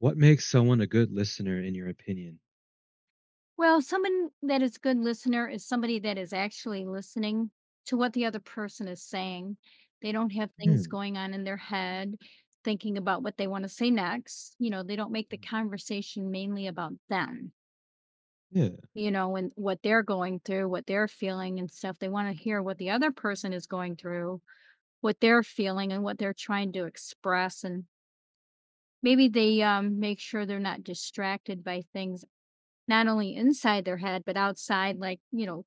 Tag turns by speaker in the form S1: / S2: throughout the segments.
S1: What makes someone a good listener in your opinion?
S2: Well, someone that is good listener is somebody that is actually listening to what the other person is saying. They don't have
S1: Yeah,
S2: things going on in their head, thinking about what they want to say next. You know, they don't make the conversation mainly about them,
S1: yeah,
S2: you know, and what they're going through, what they're feeling and stuff. They want to hear what the other person is going through, what they're feeling and what they're trying to express. And maybe they make sure they're not distracted by things not only inside their head but outside like you know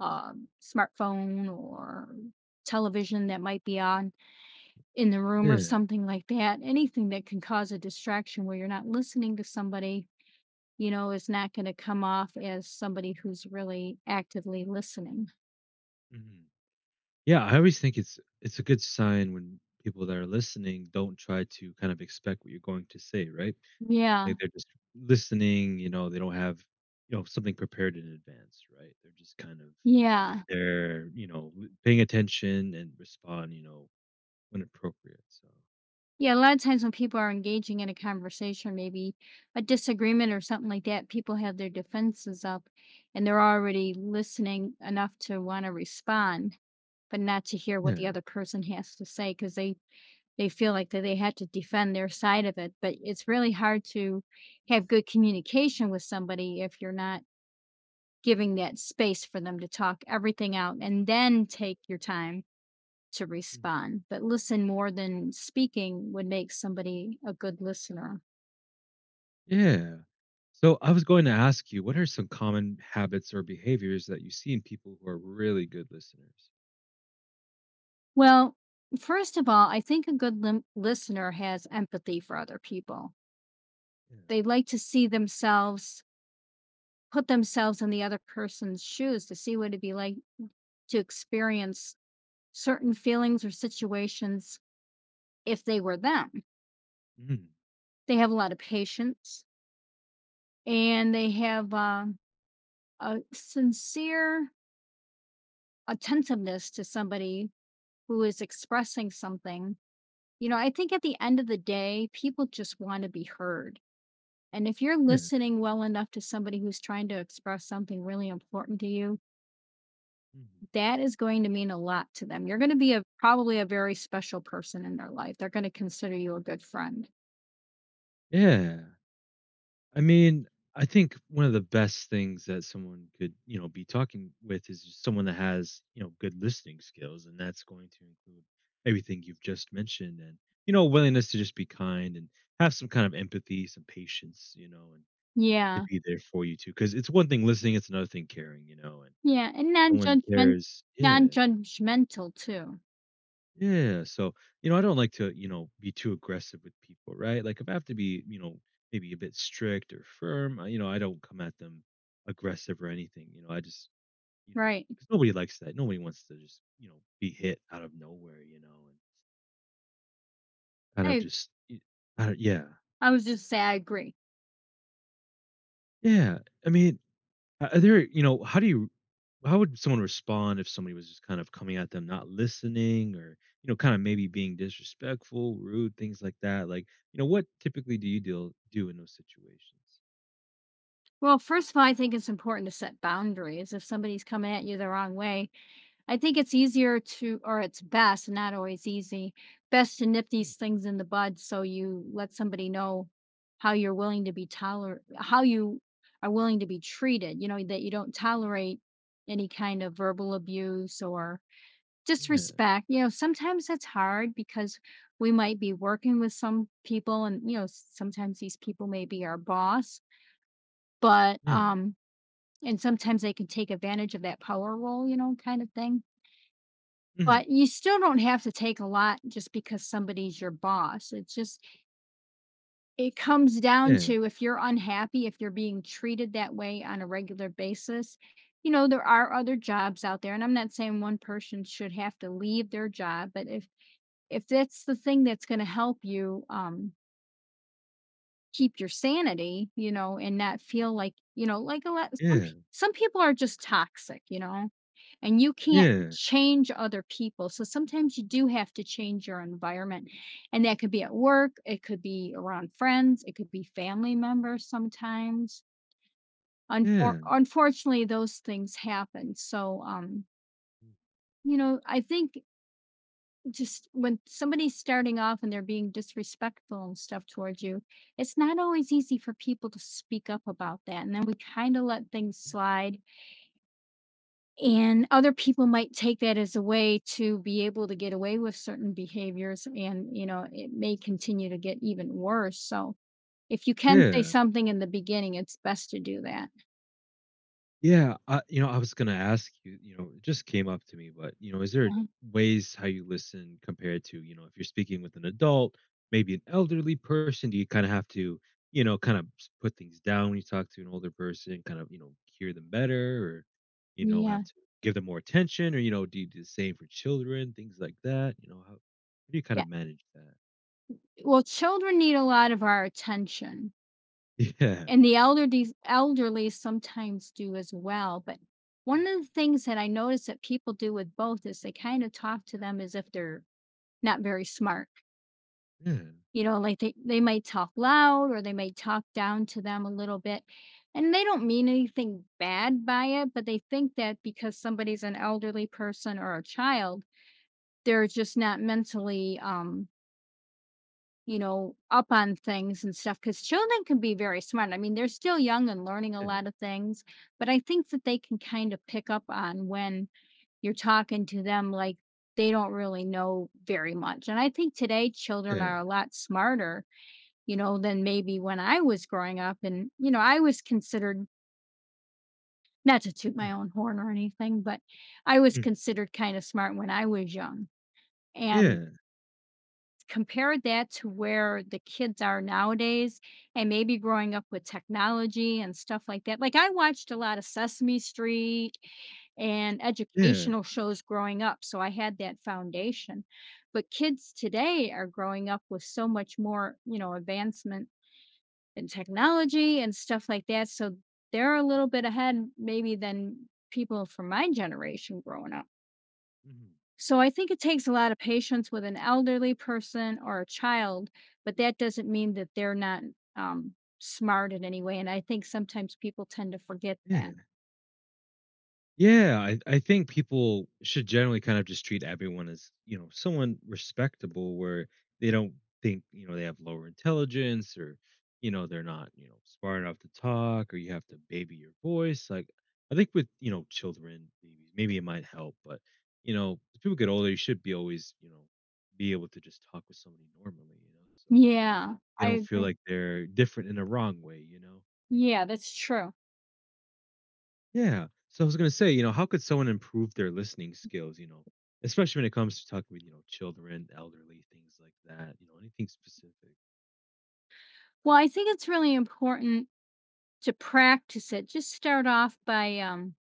S2: smartphone or television that might be on in the room or
S1: yeah.
S2: something like that. Anything that can cause a distraction where you're not listening to somebody, you know, is not going to come off as somebody who's really actively listening.
S1: Mhm. Yeah, I always think it's a good sign when people that are listening don't try to kind of expect what you're going to say, right?
S2: Yeah.
S1: Like they're just listening, they don't have, something prepared in advance, right? They're just kind of
S2: Yeah.
S1: they're, you know, w- paying attention and respond, when appropriate. So.
S2: Yeah, a lot of times when people are engaging in a conversation, maybe a disagreement or something like that, people have their defenses up and they're already listening enough to want to respond, but not to hear what the
S1: Yeah.
S2: other person has to say because they feel like that they had to defend their side of it, but it's really hard to have good communication with somebody if you're not giving that space for them to talk everything out and then take your time to respond. But listen more than speaking would make somebody a good listener.
S1: Yeah. So I was going to ask you, what are some common habits or behaviors that you see in people who are really good listeners?
S2: Well, first of all, I think a good listener has empathy for other people.
S1: Yeah.
S2: They like to see themselves, put themselves in the other person's shoes to see what it'd be like to experience certain feelings or situations if they were them.
S1: Mm,
S2: They have a lot of patience and they have a sincere attentiveness to somebody who is expressing something. You know, I think at the end of the day, people just want to be heard. And if you're
S1: yeah.
S2: listening well enough to somebody who's trying to express something really important to you,
S1: Mhm.
S2: that is going to mean a lot to them. You're going to be a probably a very special person in their life. They're going to consider you a good friend.
S1: Yeah. I mean, I think one of the best things that someone could, be talking with is just someone that has, good listening skills. And that's going to include everything you've just mentioned and, willingness to just be kind and have some kind of empathy, some patience, and to
S2: Yeah.
S1: be there for you too. Cause it's one thing listening, it's another thing caring, and
S2: Yeah, and
S1: someone cares. Yeah.
S2: non-judgmental too,
S1: Yeah. So, I don't like to, be too aggressive with people, right? Like if I have to be, maybe a bit strict or firm, I don't come at them aggressive or anything. I just, you know,
S2: right.
S1: because nobody likes that. Nobody wants to just, be hit out of nowhere, and kind of
S2: I
S1: just, I don't, yeah.
S2: I was just say I agree.
S1: Yeah. I mean, Are there, you know, how do you how would someone respond if somebody was just kind of coming at them, not listening or, kind of maybe being disrespectful, rude, things like that? Like, what typically do you deal do in those situations?
S2: Well, first of all, I think it's important to set boundaries. If somebody's coming at you the wrong way, I think it's easier to or it's best, not always easy, best to nip
S1: Yeah.
S2: these things in the bud so you let somebody know how you are willing to be treated, you know, that you don't tolerate any kind of verbal abuse or just
S1: Yeah.
S2: respect, you know. Sometimes it's hard because we might be working with some people and, you know, sometimes these people may be our boss, but,
S1: Yeah.
S2: um and sometimes they can take advantage of that power role, you know, kind of thing.
S1: Mhm.
S2: But you still don't have to take a lot just because somebody's your boss. It's just it comes down
S1: Yeah.
S2: to if you're unhappy, if you're being treated that way on a regular basis, you know, there are other jobs out there, and I'm not saying one person should have to leave their job, but if that's the thing that's going to help you keep your sanity, you know, and not feel like, you know, like a lot,
S1: Yeah.
S2: some people are just toxic, you know, and you can't
S1: Yeah.
S2: change other people, so sometimes you do have to change your environment, and that could be at work, it could be around friends, it could be family members sometimes.
S1: Yeah.
S2: Unfortunately those things happen, so you know, I think just when somebody's starting off and they're being disrespectful and stuff towards you, it's not always easy for people to speak up about that. And then we kind of let things slide. And other people might take that as a way to be able to get away with certain behaviors. And, you know, it may continue to get even worse. So if you can say
S1: Yeah.
S2: something in the beginning, it's best to do that.
S1: Yeah, I was gonna ask you. It just came up to me, but is there
S2: Uh,
S1: ways how you listen compared to if you're speaking with an adult, maybe an elderly person? Do you kind of have to, kind of put things down when you talk to an older person, kind of hear them better, or
S2: Yeah.
S1: have to give them more attention, or do you do the same for children, things like that? How do you kind
S2: Yeah.
S1: of manage that?
S2: Well, children need a lot of our attention. And the elderly sometimes do as well, but one of the things that I notice that people do with both is they kind of talk to them as if they're not very smart.
S1: Yeah, yeah,
S2: You know, like they might talk loud or they might talk down to them a little bit. And they don't mean anything bad by it, but they think that because somebody's an elderly person or a child, they're just not mentally you know, up on things and stuff, because children can be very smart. I mean, they're still young and learning a
S1: yeah,
S2: lot of things, but I think that they can kind of pick up on when you're talking to them like they don't really know very much. And I think today children
S1: yeah,
S2: are a lot smarter, you know, than maybe when I was growing up. And, you know, I was considered not to toot
S1: yeah,
S2: my own horn or anything, but I was
S1: mhm,
S2: considered kind of smart when I was young. And
S1: yeah,
S2: compare that to where the kids are nowadays and maybe growing up with technology and stuff like that. Like I watched a lot of Sesame Street and
S1: yeah,
S2: educational shows growing up, so I had that foundation. But kids today are growing up with so much more, you know, advancement in technology and stuff like that, so they're a little bit ahead maybe than people from my generation growing up.
S1: mhm,
S2: So I think it takes a lot of patience with an elderly person or a child, but that doesn't mean that they're not smart in any way. And I think sometimes people tend to forget that.
S1: yeah. Yeah, I think people should generally kind of just treat everyone as, someone respectable where they don't think, they have lower intelligence or, they're not, smart enough to talk or you have to baby your voice. Like, I think with, children, maybe it might help, but, as people get older, you should be always, be able to just talk with somebody normally, so
S2: Yeah,
S1: they
S2: I
S1: don't feel
S2: agree.
S1: like they're different in a wrong way, you know?
S2: Yeah, that's true.
S1: Yeah. So I was gonna say, how could someone improve their listening skills? Especially when it comes to talking with children, elderly, things like that. Anything specific.
S2: Well, I think it's really important to practice it. Just start off by,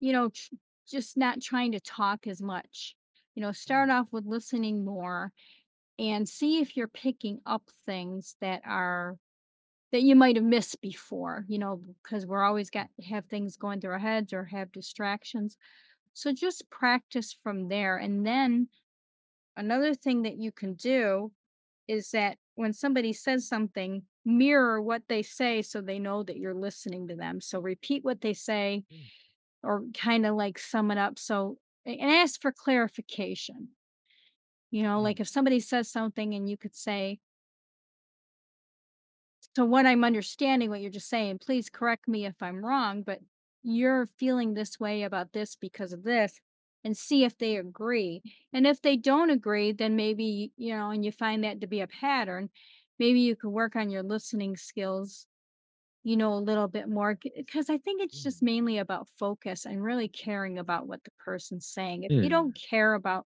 S2: you know, just not trying to talk as much. You know, start off
S1: Yeah.
S2: with listening more and see if you're picking up things that are that you might have missed before, you know, because we're always got have things going through our heads or have distractions. So just practice from there. And then another thing that you can do is that when somebody says something, mirror what they say so they know that you're listening to them. So repeat what they say
S1: Yeah.
S2: or kind of like sum it up. So, and ask for clarification. You know,
S1: Mm,
S2: like if somebody says something and you could say, so what I'm understanding what you're just saying, please correct me if I'm wrong, but you're feeling this way about this because of this, and see if they agree. And if they don't agree, then maybe, you know, and you find that to be a pattern, maybe you could work on your listening skills, you know, a little bit more, because I think it's just
S1: yeah.
S2: mainly about focus and really caring about what the person's saying. If
S1: Yeah.
S2: you don't care about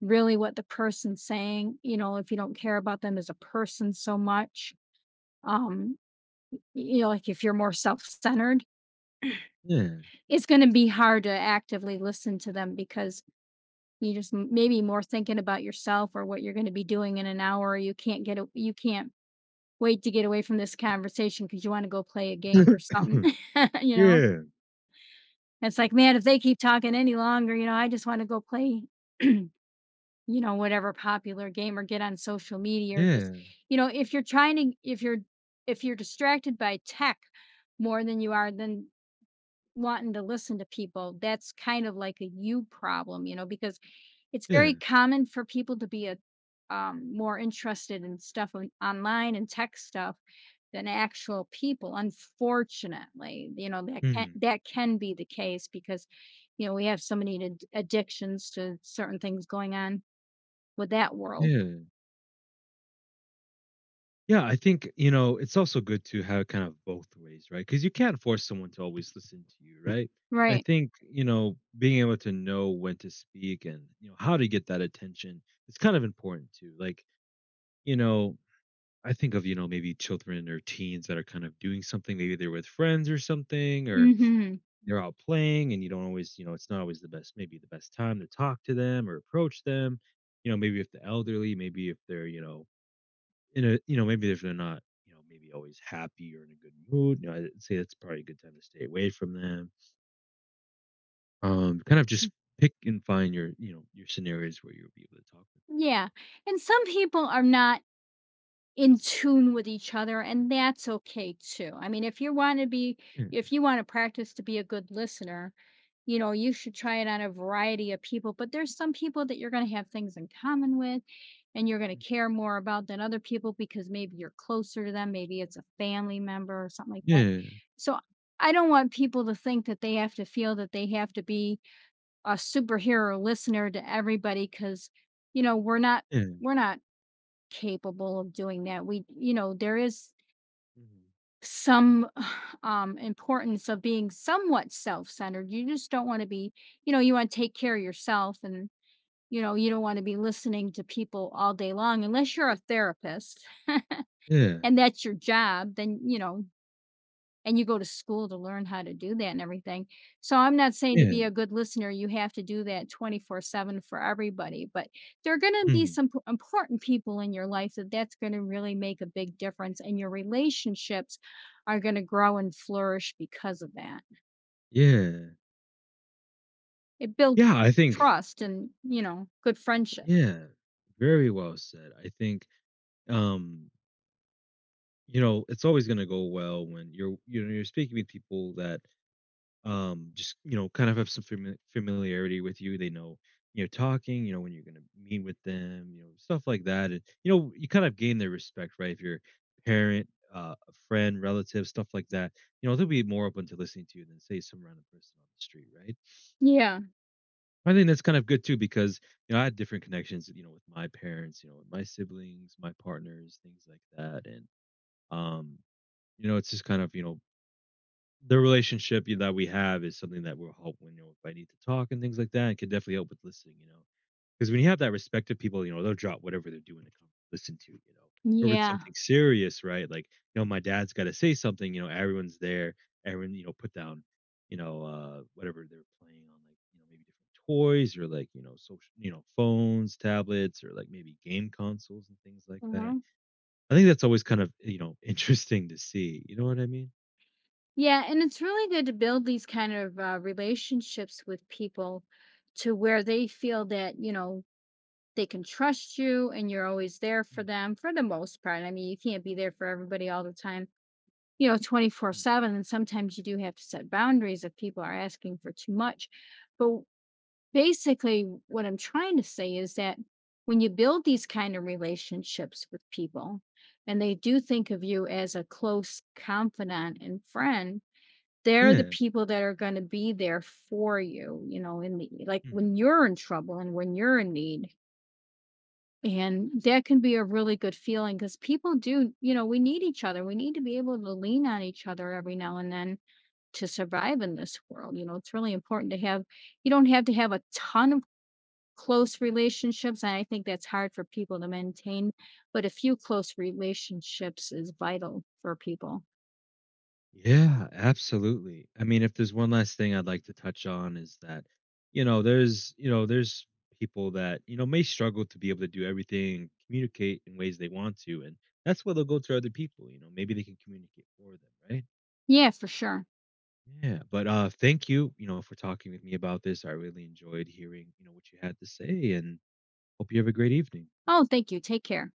S2: really what the person's saying, you know, if you don't care about them as a person so much, um you know, like if you're more self-centered,
S1: Yeah.
S2: it's going to be hard to actively listen to them because you just maybe more thinking about yourself or what you're going to be doing in an hour. You can't wait to get away from this conversation because you want to go play a game or something. You know,
S1: Yeah.
S2: it's like man, if they keep talking any longer, you know, I just want to go play. You know, whatever popular game or get on social media or just,
S1: Yeah.
S2: you know, if you're distracted by tech more than you are, then wanting to listen to people, that's kind of like a you problem, you know, because it's
S1: Yeah.
S2: very common for people to be a more interested in stuff on, online and tech stuff than actual people. Unfortunately, you know
S1: Mm,
S2: that can be the case because you know we have so many addictions to certain things going on with that world,
S1: yeah. Yeah. I think it's also good to have kind of both ways, right? Because you can't force someone to always listen to you, right? I
S2: right?
S1: think being able to know when to speak and how to get that attention it's kind of important too. Like you know, I think of, maybe children or teens that are kind of doing something. Maybe they're with friends or something, or
S2: Hmm.
S1: they're out playing and you don't always, it's not always the best, maybe the best time to talk to them or approach them. Maybe if the elderly, maybe if they're, in a, maybe if they're not, maybe always happy or in a good mood, I'd say that's probably a good time to stay away from them. Kind of just pick and find your, your scenarios where you'll be able to talk with them,
S2: Yeah, and some people are not in tune with each other and that's okay too. I mean, if you want to be
S1: you know?
S2: if you want to practice to be a good listener, you know, you should try it on a variety of people, but there's some people that you're going to have things in common with and you're going to care more about than other people because maybe you're closer to them, maybe it's a family member or something like
S1: Yeah.
S2: that.
S1: Yeah.
S2: So I don't want people to think that they have to feel that they have to be a superhero listener to everybody cuz you know,
S1: Yeah.
S2: we're not capable of doing that. We you know, there is
S1: Mhm.
S2: some importance of being somewhat self-centered. You just don't want to be, you know, you want to take care of yourself and you know, you don't want to be listening to people all day long unless you're a therapist
S1: Yeah.
S2: and that's your job, then you know, and you go to school to learn how to do that and everything. So I'm not saying to be
S1: Yeah.
S2: a good listener, you have to do that 24/7 for everybody, but there are going to be
S1: Mhm.
S2: some important people in your life that that's going to really make a big difference and your relationships are going to grow and flourish because of that.
S1: Yeah.
S2: It builds
S1: Yeah, I think
S2: trust and, you know, good friendship.
S1: yeah, very well said. I think, um, it's always gonna go well when you're speaking with people that just, kind of have some familiarity with you. They know you're talking, when you're gonna meet with them, stuff like that. And you kind of gain their respect, right? If your parent, a friend, relative, stuff like that, they'll be more open to listening to you than say some random person on the street, right?
S2: Yeah.
S1: I think that's kind of good too because I had different connections, with my parents, with my siblings, my partners, things like that, and um, it's just kind of the relationship that we have is something that will help when if I need to talk and things like that. It could definitely help with listening. Because when you have that respect of people, they'll drop whatever they're doing to come listen to. Or with
S2: Yeah.
S1: something serious, right? Like, my dad's got to say something, everyone's there. Everyone, put down, whatever they're playing on, like, maybe different toys or like, social, phones, tablets, or like maybe game consoles and things like
S2: uh
S1: that. I think that's always kind of, interesting to see. You know what I mean?
S2: Yeah. And it's really good to build these kind of relationships with people to where they feel that, you know, they can trust you and you're always there for
S1: Mm,
S2: them for the most part. I mean, you can't be there for everybody all the time, you know, 24
S1: mm.
S2: 7. And sometimes you do have to set boundaries if people are asking for too much. But w- basically, what I'm trying to say is that when you build these kind of relationships with people and they do think of you as a close confidant and friend, they're the
S1: Yeah.
S2: people that are going to be there for you, you know, in the like
S1: Mhm.
S2: when you're in trouble and when you're in need, and that can be a really good feeling because people do, you know, we need each other. We need to be able to lean on each other every now and then to survive in this world. You know, it's really important to have, you don't have to have a ton of close relationships. And I think that's hard for people to maintain, but a few close relationships is vital for people.
S1: Yeah, absolutely. I mean, if there's one last thing I'd like to touch on is that, there's people that, may struggle to be able to do everything and communicate in ways they want to. And that's where they'll go to other people, maybe they can communicate for them, right?
S2: Yeah, for sure.
S1: Yeah. But thank you, for talking with me about this. I really enjoyed hearing, what you had to say and hope you have a great evening.
S2: Oh, thank you. Take care.